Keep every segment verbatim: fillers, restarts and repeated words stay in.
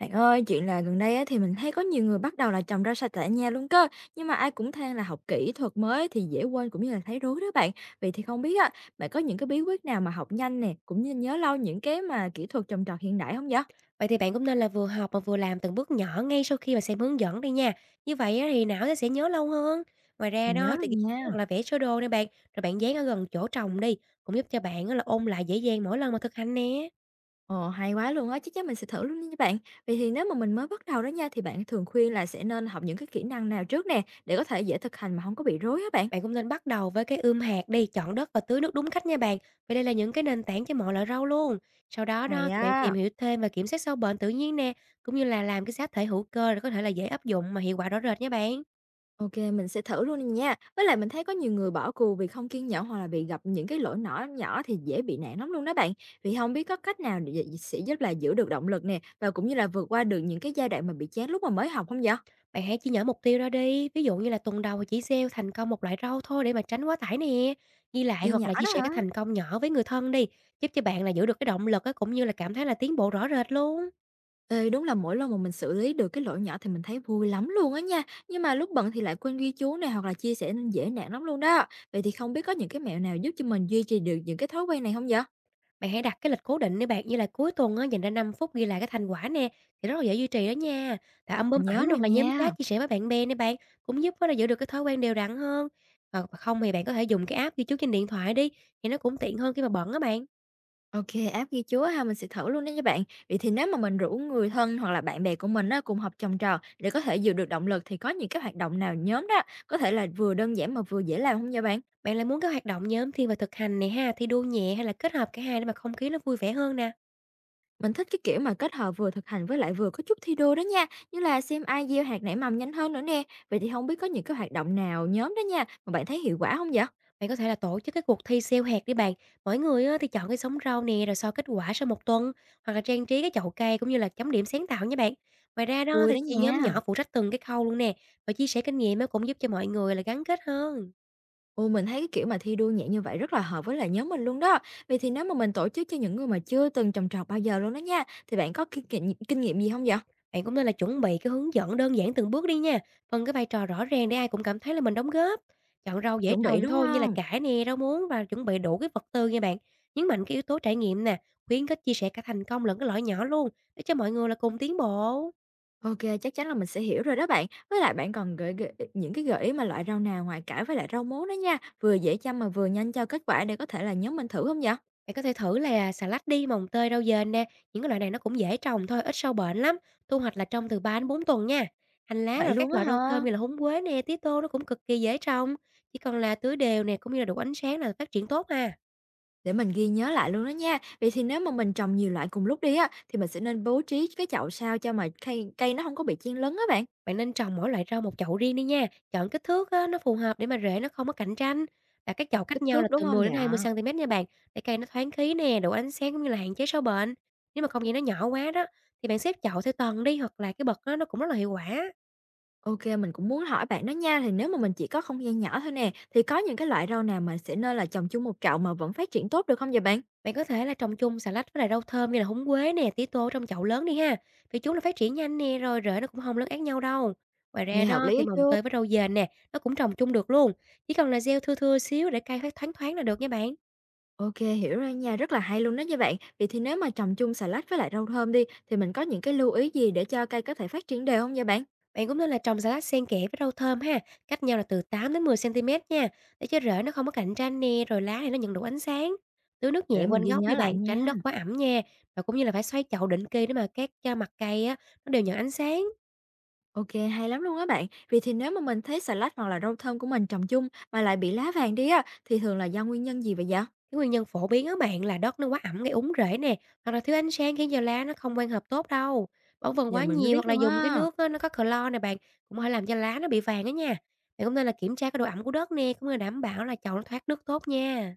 Bạn ơi, chuyện là gần đây á, thì mình thấy có nhiều người bắt đầu là trồng rau sạch tại nhà luôn cơ. Nhưng mà ai cũng than là học kỹ thuật mới thì dễ quên cũng như là thấy rối đó bạn. Vậy thì không biết á, bạn có những cái bí quyết nào mà học nhanh nè, cũng như nhớ lâu những cái mà kỹ thuật trồng trọt hiện đại không vậy? Vậy thì bạn cũng nên là vừa học mà vừa làm từng bước nhỏ ngay sau khi mà xem hướng dẫn đi nha. Như vậy á thì não nó sẽ nhớ lâu hơn. Ngoài ra Mình nhớ đó rồi thì ghi chú nha. hoặc là vẽ sơ đồ nè bạn, rồi bạn dán ở gần chỗ trồng đi, cũng giúp cho bạn á là ôn lại dễ dàng mỗi lần mà thực hành nè. Ồ, hay quá luôn á, chắc chắn mình sẽ thử luôn nha bạn. Vậy thì nếu mà mình mới bắt đầu đó nha, thì bạn thường khuyên là sẽ nên học những cái kỹ năng nào trước nè, để có thể dễ thực hành mà không có bị rối á bạn. Bạn cũng nên bắt đầu với cái ươm hạt đi, chọn đất và tưới nước đúng cách nha bạn. Vì đây là những cái nền tảng cho mọi loại rau luôn. Sau đó Hay đó thì bạn á. tìm hiểu thêm và kiểm soát sâu bệnh tự nhiên nè, cũng như là làm cái xác thể hữu cơ để có thể là dễ áp dụng mà hiệu quả rõ rệt nha bạn. OK, mình sẽ thử luôn nha. Với lại mình thấy có nhiều người bỏ cuộc vì không kiên nhẫn hoặc là vì gặp những cái lỗi nhỏ nhỏ thì dễ bị nản lắm luôn đó bạn. Vì không biết có cách nào để sẽ giúp là giữ được động lực nè, và cũng như là vượt qua được những cái giai đoạn mà bị chán lúc mà mới học không vậy? Bạn hãy chia nhỏ mục tiêu ra đi, ví dụ như là tuần đầu chỉ gieo thành công một loại rau thôi để mà tránh quá tải nè. Ghi lại Chia hoặc là nhỏ chia đó sẻ hả? cái thành công nhỏ với người thân đi, giúp cho bạn là giữ được cái động lực á, cũng như là cảm thấy là tiến bộ rõ rệt luôn. Ê, đúng là mỗi lần mà mình xử lý được cái lỗi nhỏ thì mình thấy vui lắm luôn á nha. Nhưng mà lúc bận thì lại quên ghi chú này hoặc là chia sẻ nên dễ nản lắm luôn đó. Vậy thì không biết có những cái mẹo nào giúp cho mình duy trì được những cái thói quen này không vậy? Bạn hãy đặt cái lịch cố định để bạn như là cuối tuần á, dành ra năm phút ghi lại cái thành quả nè, thì rất là dễ duy trì đó nha. Tạo album Mình nhớ ảnh rồi hoặc là nhóm nha. chat chia sẻ với bạn bè nè bạn, cũng giúp á, là giữ được cái thói quen đều đặn hơn. Hoặc không thì bạn có thể dùng cái app ghi chú trên điện thoại đi, thì nó cũng tiện hơn khi mà bận á bạn. OK, app ghi chú á ha, mình sẽ thử luôn đó nha bạn. Vậy thì nếu mà mình rủ người thân hoặc là bạn bè của mình á, cùng học trồng trọt để có thể giữ được động lực, thì có những cái hoạt động nào nhóm đó có thể là vừa đơn giản mà vừa dễ làm không nha bạn? Bạn lại muốn các hoạt động nhóm thiên về thực hành này ha, thi đua nhẹ hay là kết hợp cả hai để mà không khí nó vui vẻ hơn nè? Mình thích cái kiểu mà kết hợp vừa thực hành với lại vừa có chút thi đua đó nha, như là xem ai gieo hạt nảy mầm nhanh hơn nữa nè. Vậy thì không biết có những cái hoạt động nào nhóm đó nha, mà bạn thấy hiệu quả không vậy? Bạn có thể là tổ chức cái cuộc thi gieo hạt đi bạn. Mỗi người á, thì chọn cái sống rau nè rồi so kết quả sau một tuần, hoặc là trang trí cái chậu cây cũng như là chấm điểm sáng tạo nha bạn. Ngoài ra đó Vui thì đó chia nhóm nha. nhỏ phụ trách từng cái khâu luôn nè, và chia sẻ kinh nghiệm á, cũng giúp cho mọi người là gắn kết hơn. Ồ, mình thấy cái kiểu mà thi đua nhẹ như vậy rất là hợp với lại nhóm mình luôn đó. Vậy thì nếu mà mình tổ chức cho những người mà chưa từng trồng trọt bao giờ luôn đó nha, thì bạn có kinh nghiệm kinh nghiệm gì không vậy? Bạn cũng nên là chuẩn bị cái hướng dẫn đơn giản từng bước đi nha, phân cái vai trò rõ ràng để ai cũng cảm thấy là mình đóng góp. Chọn rau dễ Chuẩn bị trồng đúng thôi như là không? cải nè, rau muống, và chuẩn bị đủ cái vật tư nha bạn. Nhấn mạnh cái yếu tố trải nghiệm nè, khuyến khích chia sẻ cả thành công lẫn cái lỗi nhỏ luôn, để cho mọi người là cùng tiến bộ. OK, chắc chắn là mình sẽ hiểu rồi đó bạn. Với lại bạn còn gợi gợi những cái gợi ý mà loại rau nào ngoài cải với lại rau muống đó nha, vừa dễ chăm mà vừa nhanh cho kết quả để có thể là nhóm mình thử không vậy? Bạn có thể thử là xà lách đi, mồng tơi, rau dền nè, những cái loại này nó cũng dễ trồng thôi, ít sâu bệnh lắm. Thu hoạch là trong từ ba đến bốn tuần nha. Hành lá Vậy rồi luôn các á loại rau thơm hả? như là húng quế nè, tía tô, nó cũng cực kỳ dễ trồng, chỉ cần là tưới đều nè, cũng như là đủ ánh sáng là phát triển tốt ha. Để mình ghi nhớ lại luôn đó nha. Vậy thì nếu mà mình trồng nhiều loại cùng lúc đi á, thì mình sẽ nên bố trí cái chậu sao cho mà cây cây nó không có bị chen lấn á bạn. Bạn nên trồng mỗi loại rau một chậu riêng đi nha, chọn kích thước á, nó phù hợp để mà rễ nó không có cạnh tranh. Đặt các chậu Kích cách nhau là thước đúng từ không mười đến 20 vậy? cm nha bạn, để cây nó thoáng khí nè, đủ ánh sáng, cũng như là hạn chế sâu bệnh. Nếu mà không gian nó nhỏ quá đó, thì bạn xếp chậu theo tầng đi, hoặc là cái bậc đó, nó cũng rất là hiệu quả. OK, mình cũng muốn hỏi bạn đó nha, thì nếu mà mình chỉ có không gian nhỏ thôi nè, thì có những cái loại rau nào mà sẽ nên là trồng chung một chậu mà vẫn phát triển tốt được không vậy bạn? Bạn có thể là trồng chung xà lách với lại rau thơm như là húng quế nè, tía tô trong chậu lớn đi ha. Vì chúng là phát triển nhanh nè, rồi rễ nó cũng không lấn át nhau đâu. Ngoài Nghe ra hợp đó lý đó thì mồng chưa? tơi với rau dền nè, nó cũng trồng chung được luôn. Chỉ cần là gieo thưa thưa xíu để cây phát thoáng thoáng là được nha bạn. OK, hiểu rồi nha, rất là hay luôn đó nha bạn. Vậy thì nếu mà trồng chung xà lách với lại rau thơm đi, thì mình có những cái lưu ý gì để cho cây có thể phát triển đều không vậy bạn? Bạn cũng nên là trồng xà lách xen kẽ với rau thơm ha, cách nhau là từ tám đến mười centimet nha, để cho rễ nó không có cạnh tranh nè, rồi lá này nó nhận đủ ánh sáng. Tưới nước Để nhẹ mình quanh ghi gốc nhớ đi lại bạn, nha. tránh đất quá ẩm nha, và cũng như là phải xoay chậu định kỳ để mà các cho mặt cây á, nó đều nhận ánh sáng. OK, hay lắm luôn á bạn. Vì thì nếu mà mình thấy xà lách hoặc là rau thơm của mình trồng chung mà lại bị lá vàng đi á, thì thường là do nguyên nhân gì vậy dạ? Cái nguyên nhân phổ biến á bạn là đất nó quá ẩm gây úng rễ nè, hoặc là thiếu ánh sáng khiến cho lá nó không quang hợp tốt đâu. Bón phân Giờ quá mình mới nhiều hoặc biết là luôn dùng cái á. nước á, nó có clo nè bạn, cũng có thể làm cho lá nó bị vàng á nha. Bạn cũng nên là kiểm tra cái độ ẩm của đất nè, cũng như là đảm bảo là chậu nó thoát nước tốt nha.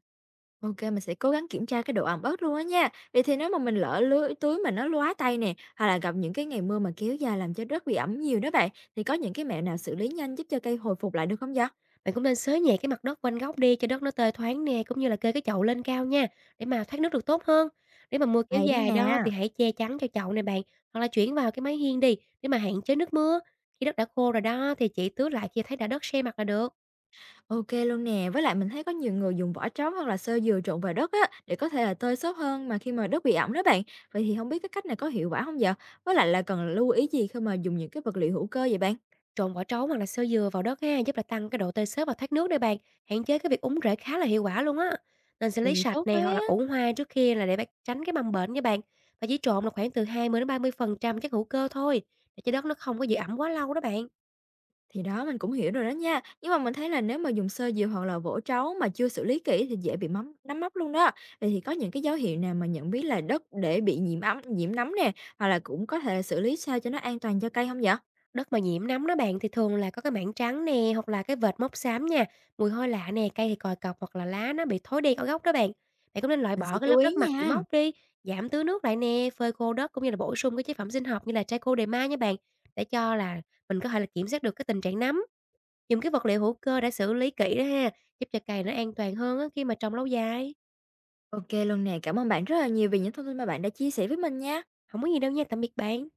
OK, mình sẽ cố gắng kiểm tra cái độ ẩm ướt luôn á nha. Vậy thì nếu mà mình lỡ lưới túi mà nó lóa tay nè, hoặc là gặp những cái ngày mưa mà kéo dài làm cho đất bị ẩm nhiều đó bạn, thì có những cái mẹo nào xử lý nhanh giúp cho cây hồi phục lại được không vậy? Bạn cũng nên xới nhẹ cái mặt đất quanh góc đi cho đất nó tơi thoáng nè, cũng như là kê cái chậu lên cao nha, để mà thoát nước được tốt hơn. Nếu mà mưa kéo Hay đó dài đó nha. thì hãy che chắn cho chậu này bạn, hoặc là chuyển vào cái mái hiên đi để mà hạn chế nước mưa. Khi đất đã khô rồi đó thì chỉ tưới lại khi thấy đã đất se mặt là được. OK luôn nè, với lại mình thấy có nhiều người dùng vỏ trống hoặc là xơ dừa trộn vào đất á, để có thể là tơi xốp hơn mà khi mà đất bị ẩm đó bạn. Vậy thì không biết cái cách này có hiệu quả không vậy? Với lại là cần lưu ý gì khi mà dùng những cái vật liệu hữu cơ vậy bạn? Trộn vỏ trấu hoặc là xơ dừa vào đất ha, giúp là tăng cái độ tơi xốp và thoát nước đây bạn, hạn chế cái việc úng rễ khá là hiệu quả luôn á. Nên xử Vậy lý thì sạch tốt quá. này hoặc là ủ hoa trước khi là để bạn tránh cái mầm bệnh nha bạn. Và chỉ trộn là khoảng từ hai mươi đến ba mươi phần trăm chất hữu cơ thôi, để cho đất nó không có giữ ẩm quá lâu đó bạn. Thì đó, mình cũng hiểu rồi đó nha. Nhưng mà mình thấy là nếu mà dùng xơ dừa hoặc là vỗ trấu mà chưa xử lý kỹ thì dễ bị mắm nấm mốc luôn đó. Vậy thì có những cái dấu hiệu nào mà nhận biết là đất để bị nhiễm ấm, nhiễm nấm nè, hoặc là cũng có thể xử lý sao cho nó an toàn cho cây không vậy? Đất mà nhiễm nấm đó bạn thì thường là có cái mảng trắng nè, hoặc là cái vệt mốc xám nha, mùi hôi lạ nè, cây thì còi cọc, hoặc là lá nó bị thối đen ở gốc đó bạn. Bạn cũng nên loại Mình sẽ bỏ cái chú lớp ý đất mặt bị nha. mốc đi, giảm tưới nước lại nè, phơi khô đất, cũng như là bổ sung cái chế phẩm sinh học như là Traco Derma nha bạn, để cho là mình có thể là kiểm soát được cái tình trạng nấm. Dùng cái vật liệu hữu cơ đã xử lý kỹ đó ha, giúp cho cây nó an toàn hơn á khi mà trồng lâu dài. Ok luôn nè, cảm ơn bạn rất là nhiều vì những thông tin mà bạn đã chia sẻ với mình nha. Không có gì đâu nha, tạm biệt bạn.